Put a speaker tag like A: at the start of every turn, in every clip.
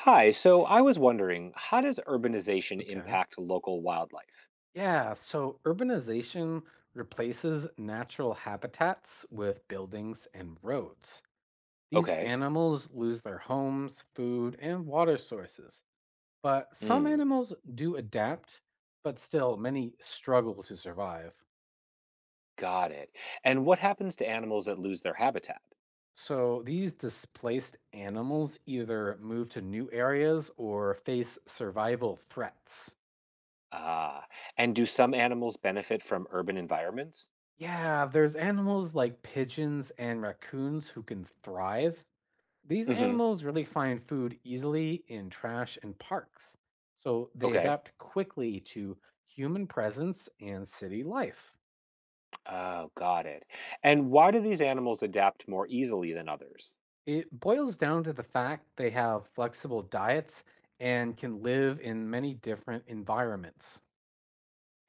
A: Hi, so I was wondering, how does urbanization
B: Okay.
A: impact local wildlife?
B: Yeah, so urbanization replaces natural habitats with buildings and roads. These
A: Okay.
B: animals lose their homes, food, and water sources. But some
A: Mm,
B: animals do adapt, but still, many struggle to survive.
A: got it. And what happens to animals that lose their habitat?
B: So these displaced animals either move to new areas or face survival threats.
A: Ah, and do some animals benefit from urban environments?
B: Yeah, there's animals like pigeons and raccoons who can thrive. These
A: Mm-hmm.
B: animals really find food easily in trash and parks, so they
A: Okay.
B: adapt quickly to human presence and city life.
A: Oh, got it. And why do these animals adapt more easily than others?
B: It boils down to the fact they have flexible diets and can live in many different environments.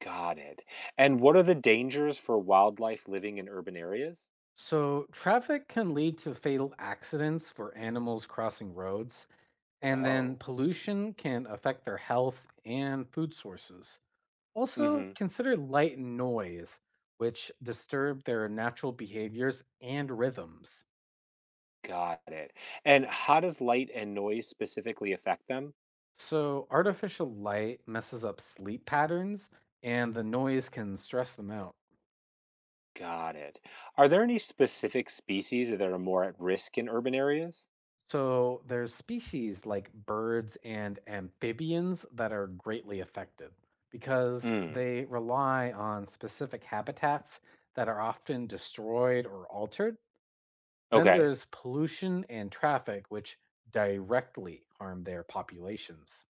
A: Got it. And what are the dangers for wildlife living in urban areas?
B: So, traffic can lead to fatal accidents for animals crossing roads, and then
A: Oh.
B: pollution can affect their health and food sources. Also,
A: Mm-hmm.
B: consider light and noise, which disturb their natural behaviors and rhythms.
A: Got it. And how does light and noise specifically affect them?
B: So, artificial light messes up sleep patterns, and the noise can stress them out.
A: Got it. Are there any specific species that are more at risk in urban areas?
B: So, there's species like birds and amphibians that are greatly affected because
A: Hmm.
B: they rely on specific habitats that are often destroyed or altered. Then
A: Okay.
B: there's pollution and traffic, which directly harm their populations.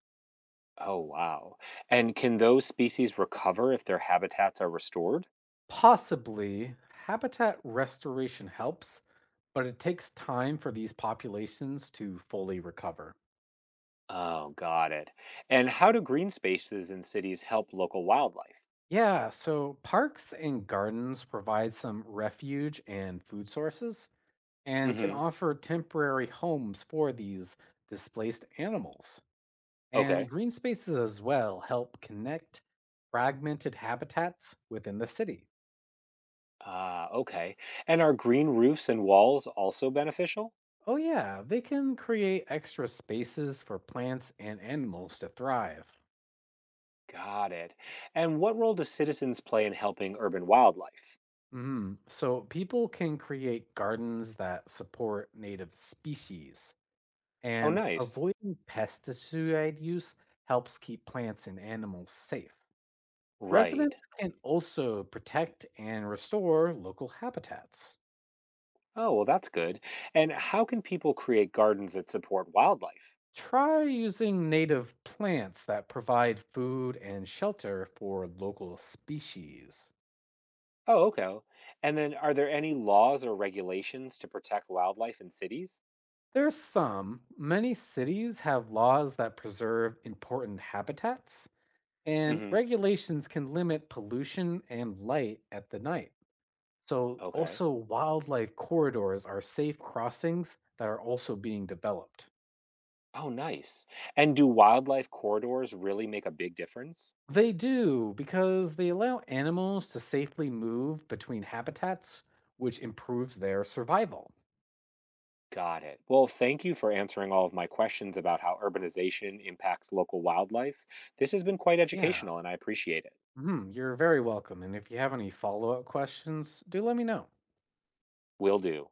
A: Oh, wow. And can those species recover if their habitats are restored?
B: Possibly habitat restoration helps, but it takes time for these populations to fully recover.
A: Oh, got it. And how do green spaces in cities help local wildlife?
B: Yeah, so parks and gardens provide some refuge and food sources and can
A: Mm-hmm.
B: offer temporary homes for these displaced animals. And
A: Okay.
B: green spaces as well help connect fragmented habitats within the city.
A: Ah, okay. And are green roofs and walls also beneficial?
B: Oh, yeah, they can create extra spaces for plants and animals to thrive.
A: Got it. And what role do citizens play in helping urban wildlife?
B: So, people can create gardens that support native species,
A: Oh,
B: and
A: nice.
B: avoiding pesticide use helps keep plants and animals safe.
A: Right.
B: Residents can also protect and restore local habitats.
A: Oh, well, that's good. And how can people create gardens that support wildlife?
B: Try using native plants that provide food and shelter for local species.
A: Oh, okay. And then are there any laws or regulations to protect wildlife in cities?
B: There's some. Many cities have laws that preserve important habitats, and
A: Mm-hmm.
B: regulations can limit pollution and light at the night. So,
A: Okay.
B: also, wildlife corridors are safe crossings that are also being developed.
A: Oh, nice. And do wildlife corridors really make a big difference?
B: They do because they allow animals to safely move between habitats, which improves their survival.
A: Got it. Well, thank you for answering all of my questions about how urbanization impacts local wildlife. This has been quite
B: Yeah,
A: educational, and I appreciate it.
B: mhm, you're very welcome. And if you have any follow up questions, do let me know.
A: Will do.